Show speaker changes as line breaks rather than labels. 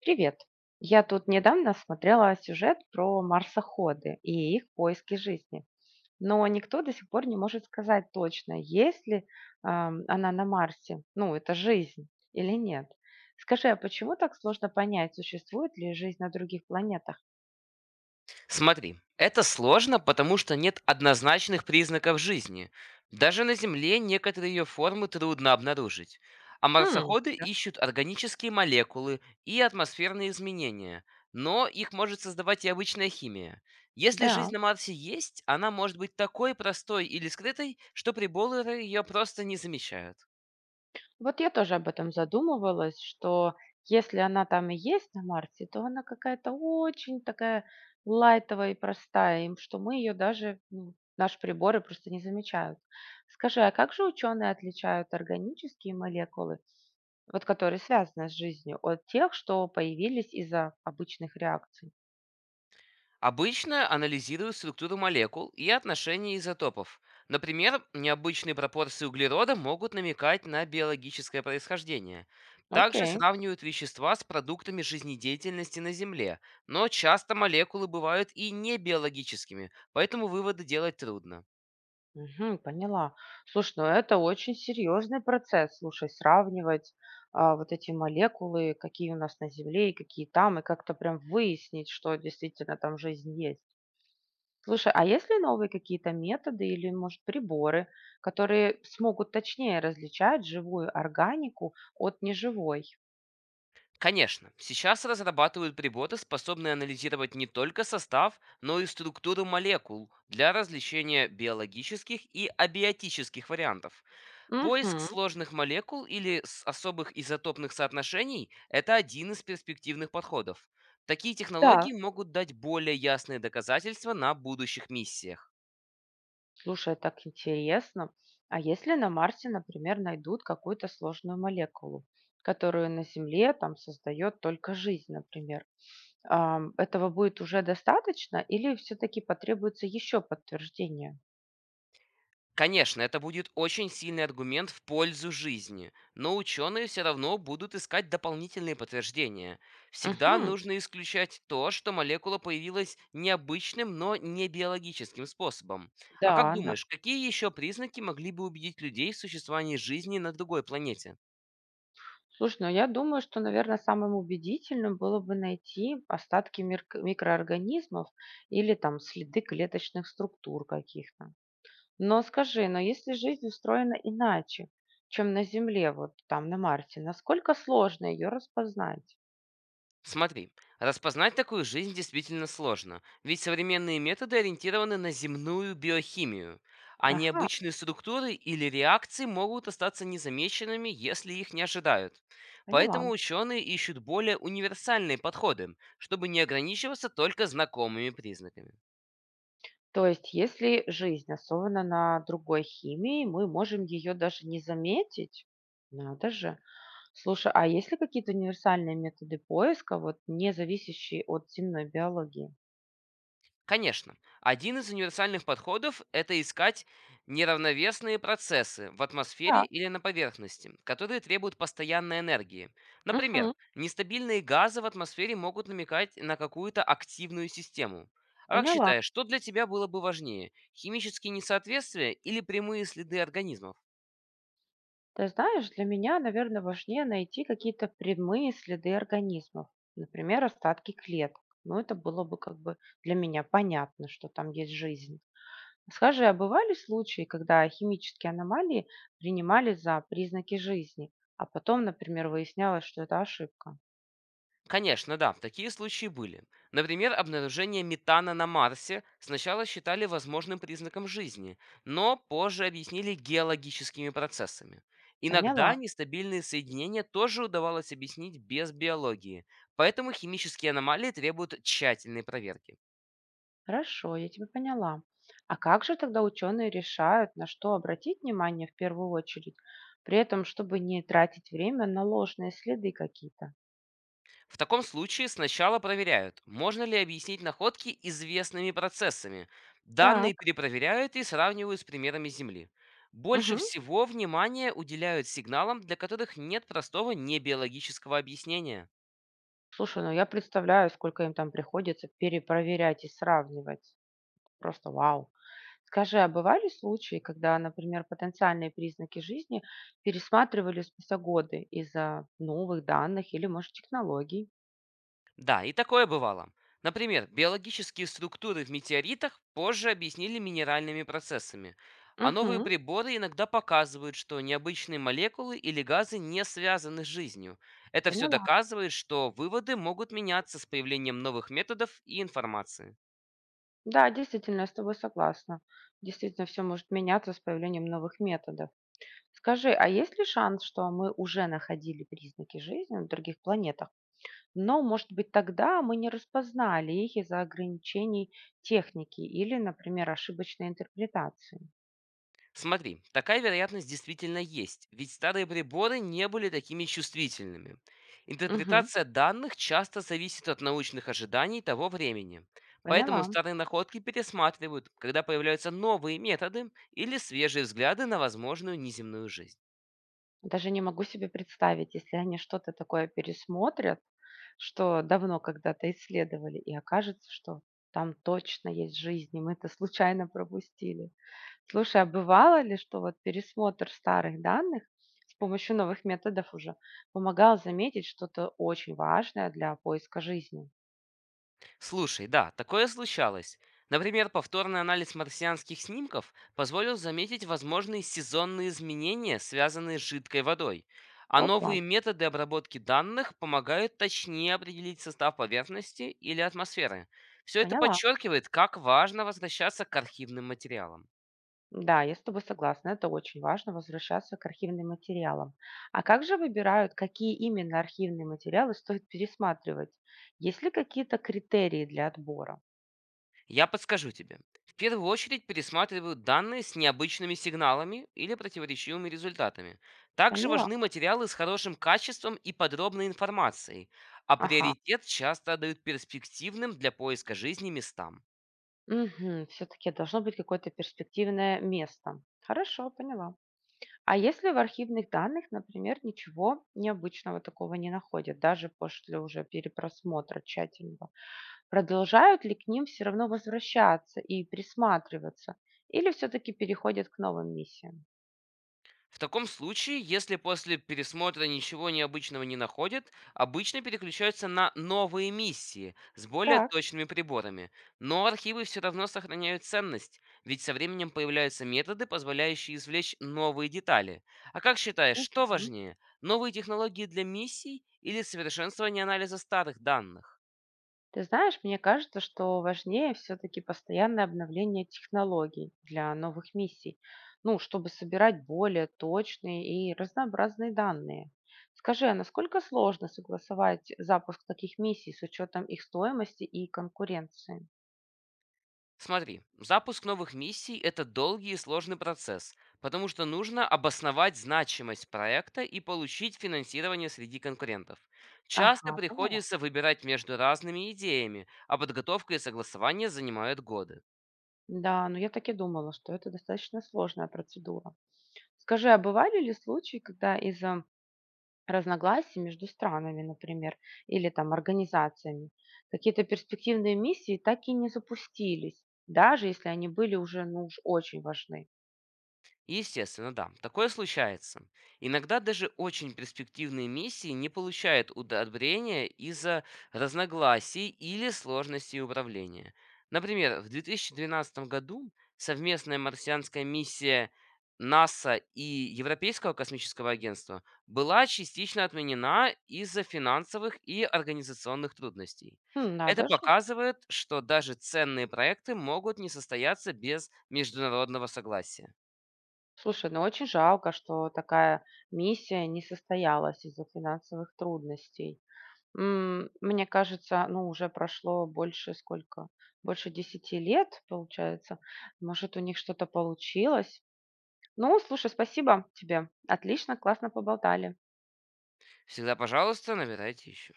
Привет. Я тут недавно смотрела сюжет про марсоходы и их поиски жизни. Но никто до сих пор не может сказать точно, есть ли она на Марсе, ну, это жизнь или нет. Скажи, а почему так сложно понять, существует ли жизнь на других планетах?
Смотри, это сложно, потому что нет однозначных признаков жизни. Даже на Земле некоторые ее формы трудно обнаружить. А
Хм.
марсоходы
Да.
ищут органические молекулы и атмосферные изменения, но их может создавать и обычная химия. Если
Да.
жизнь на Марсе есть, она может быть такой простой или скрытой, что приборы ее просто не замечают.
Вот я тоже об этом задумывалась, что если она там и есть на Марсе, то она какая-то очень такая лайтовая и простая, им что мы ее даже, ну, наши приборы просто не замечают. Скажи, а как же ученые отличают органические молекулы, вот которые связаны с жизнью, от тех, что появились из-за обычных реакций?
Обычно анализируют структуру молекул и отношения изотопов. Например, необычные пропорции углерода могут намекать на биологическое происхождение. Также
Окей.
сравнивают вещества с продуктами жизнедеятельности на Земле, но часто молекулы бывают и не биологическими, поэтому выводы делать трудно.
Мгм, поняла. Слушай, ну это очень серьезный процесс. Слушай, сравнивать вот эти молекулы, какие у нас на Земле и какие там, и как-то прям выяснить, что действительно там жизнь есть. Слушай, а есть ли новые какие-то методы или, может, приборы, которые смогут точнее различать живую органику от неживой?
Конечно, сейчас разрабатывают приборы, способные анализировать не только состав, но и структуру молекул для различения биологических и абиотических вариантов.
Угу,
Поиск сложных молекул или особых изотопных соотношений — это один из перспективных подходов. Такие
да.
технологии могут дать более ясные доказательства на будущих миссиях.
Слушай, так интересно. А если на Марсе, например, найдут какую-то сложную молекулу, которую на Земле там создает только жизнь, например, этого будет уже достаточно или все-таки потребуется еще подтверждение?
Конечно, это будет очень сильный аргумент в пользу жизни, но ученые все равно будут искать дополнительные подтверждения. Всегда
Мгм.
нужно исключать то, что молекула появилась необычным, но не биологическим способом. А как
Да, да.
думаешь, какие еще признаки могли бы убедить людей в существовании жизни на другой планете?
Слушай, ну я думаю, что, наверное, самым убедительным было бы найти остатки микроорганизмов или там следы клеточных структур каких-то. Но скажи, но если жизнь устроена иначе, чем на Земле, вот там на Марсе, насколько сложно ее распознать?
Смотри, распознать такую жизнь действительно сложно, ведь современные методы ориентированы на земную биохимию, а
Ага,
необычные структуры или реакции могут остаться незамеченными, если их не ожидают. Поэтому
поняла.
ученые ищут более универсальные подходы, чтобы не ограничиваться только знакомыми признаками.
То есть, если жизнь основана на другой химии, мы можем ее даже не заметить? Надо же. Слушай, а есть ли какие-то универсальные методы поиска, вот не зависящие от земной биологии?
Конечно, один из универсальных подходов — это искать неравновесные процессы в атмосфере
Так,
или на поверхности, которые требуют постоянной энергии.
мгм,
Например, нестабильные газы в атмосфере могут намекать на какую-то активную систему. А как
поняла.
считаешь, что для тебя было бы важнее — химические несоответствия или прямые следы организмов?
Ты знаешь, для меня, наверное, важнее найти какие-то прямые следы организмов, например, остатки клеток. Ну, это было бы как бы для меня понятно, что там есть жизнь. Скажи, а бывали случаи, когда химические аномалии принимали за признаки жизни, а потом, например, выяснялось, что это ошибка?
Конечно, да, такие случаи были. Например, обнаружение метана на Марсе сначала считали возможным признаком жизни, но позже объяснили геологическими процессами. Иногда
Поняла.
нестабильные соединения тоже удавалось объяснить без биологии, поэтому химические аномалии требуют тщательной проверки.
Хорошо, я тебя поняла. А как же тогда ученые решают, на что обратить внимание в первую очередь, при этом, чтобы не тратить время на ложные следы какие-то?
В таком случае сначала проверяют, можно ли объяснить находки известными процессами. Данные
Так.
перепроверяют и сравнивают с примерами Земли. Больше
Мгм.
всего внимания уделяют сигналам, для которых нет простого небиологического объяснения.
Слушай, ну я представляю, сколько им там приходится перепроверять и сравнивать. Просто вау. Скажи, а бывали случаи, когда, например, потенциальные признаки жизни пересматривали спустя годы из-за новых данных или, может, технологий?
Да, и такое бывало. Например, биологические структуры в метеоритах позже объяснили минеральными процессами, а новые
Угу,
приборы иногда показывают, что необычные молекулы или газы не связаны с жизнью. Это все
поняла.
доказывает, что выводы могут меняться с появлением новых методов и информации.
Да, действительно, я с тобой согласна. Действительно, все может меняться с появлением новых методов. Скажи, а есть ли шанс, что мы уже находили признаки жизни на других планетах? Но, может быть, тогда мы не распознали их из-за ограничений техники или, например, ошибочной интерпретации.
Смотри, такая вероятность действительно есть, ведь старые приборы не были такими чувствительными.
Мгм.
Интерпретация данных часто зависит от научных ожиданий того времени. Поэтому
Поняла.
старые находки пересматривают, когда появляются новые методы или свежие взгляды на возможную неземную жизнь.
Даже не могу себе представить, если они что-то такое пересмотрят, что давно когда-то исследовали, и окажется, что там точно есть жизнь, и мы это случайно пропустили. Слушай, а бывало ли, что вот пересмотр старых данных с помощью новых методов уже помогал заметить что-то очень важное для поиска жизни?
Слушай, да, такое случалось. Например, повторный анализ марсианских снимков позволил заметить возможные сезонные изменения, связанные с жидкой водой. А
Опа!
новые методы обработки данных помогают точнее определить состав поверхности или атмосферы. Все это
Поняла.
подчеркивает, как важно возвращаться к архивным материалам.
Да, я с тобой согласна. Это очень важно, возвращаться к архивным материалам. А как же выбирают, какие именно архивные материалы стоит пересматривать? Есть ли какие-то критерии для отбора?
Я подскажу тебе. В первую очередь пересматриваю данные с необычными сигналами или противоречивыми результатами. Также
Поняла.
важны материалы с хорошим качеством и подробной информацией, а
Ага.
приоритет часто дают перспективным для поиска жизни местам.
Все-таки должно быть какое-то перспективное место. Хорошо, поняла. А если в архивных данных, например, ничего необычного такого не находят, даже после уже перепросмотра тщательного? Продолжают ли к ним все равно возвращаться и присматриваться, или все-таки переходят к новым миссиям?
В таком случае, если после пересмотра ничего необычного не находят, обычно переключаются на новые миссии с более
Так.
точными приборами. Но архивы все равно сохраняют ценность, ведь со временем появляются методы, позволяющие извлечь новые детали. А как считаешь, что
Мгм.
важнее, новые технологии для миссий или совершенствование анализа старых данных?
Ты знаешь, мне кажется, что важнее все-таки постоянное обновление технологий для новых миссий, ну, чтобы собирать более точные и разнообразные данные. Скажи, а насколько сложно согласовать запуск таких миссий с учетом их стоимости и конкуренции?
Смотри, запуск новых миссий — это долгий и сложный процесс, потому что нужно обосновать значимость проекта и получить финансирование среди конкурентов. Часто
Ага, поняла.
приходится выбирать между разными идеями, а подготовка и согласование занимают годы.
Да, но я так и думала, что это достаточно сложная процедура. Скажи, а бывали ли случаи, когда из-за разногласий между странами, например, или там организациями, какие-то перспективные миссии так и не запустились, даже если они были уже, ну уж очень важны?
Естественно, да, такое случается. Иногда даже очень перспективные миссии не получают удобрения из-за разногласий или сложностей управления. Например, в 2012 году совместная марсианская миссия НАСА и Европейского космического агентства была частично отменена из-за финансовых и организационных трудностей.
Хм,
Это
надо же.
показывает, что даже ценные проекты могут не состояться без международного согласия.
Слушай, ну очень жалко, что такая миссия не состоялась из-за финансовых трудностей. Мне кажется, ну уже прошло больше сколько? Больше 10 лет, получается. Может, у них что-то получилось? Ну, слушай, спасибо тебе. Отлично, классно поболтали.
Всегда пожалуйста, набирайте еще.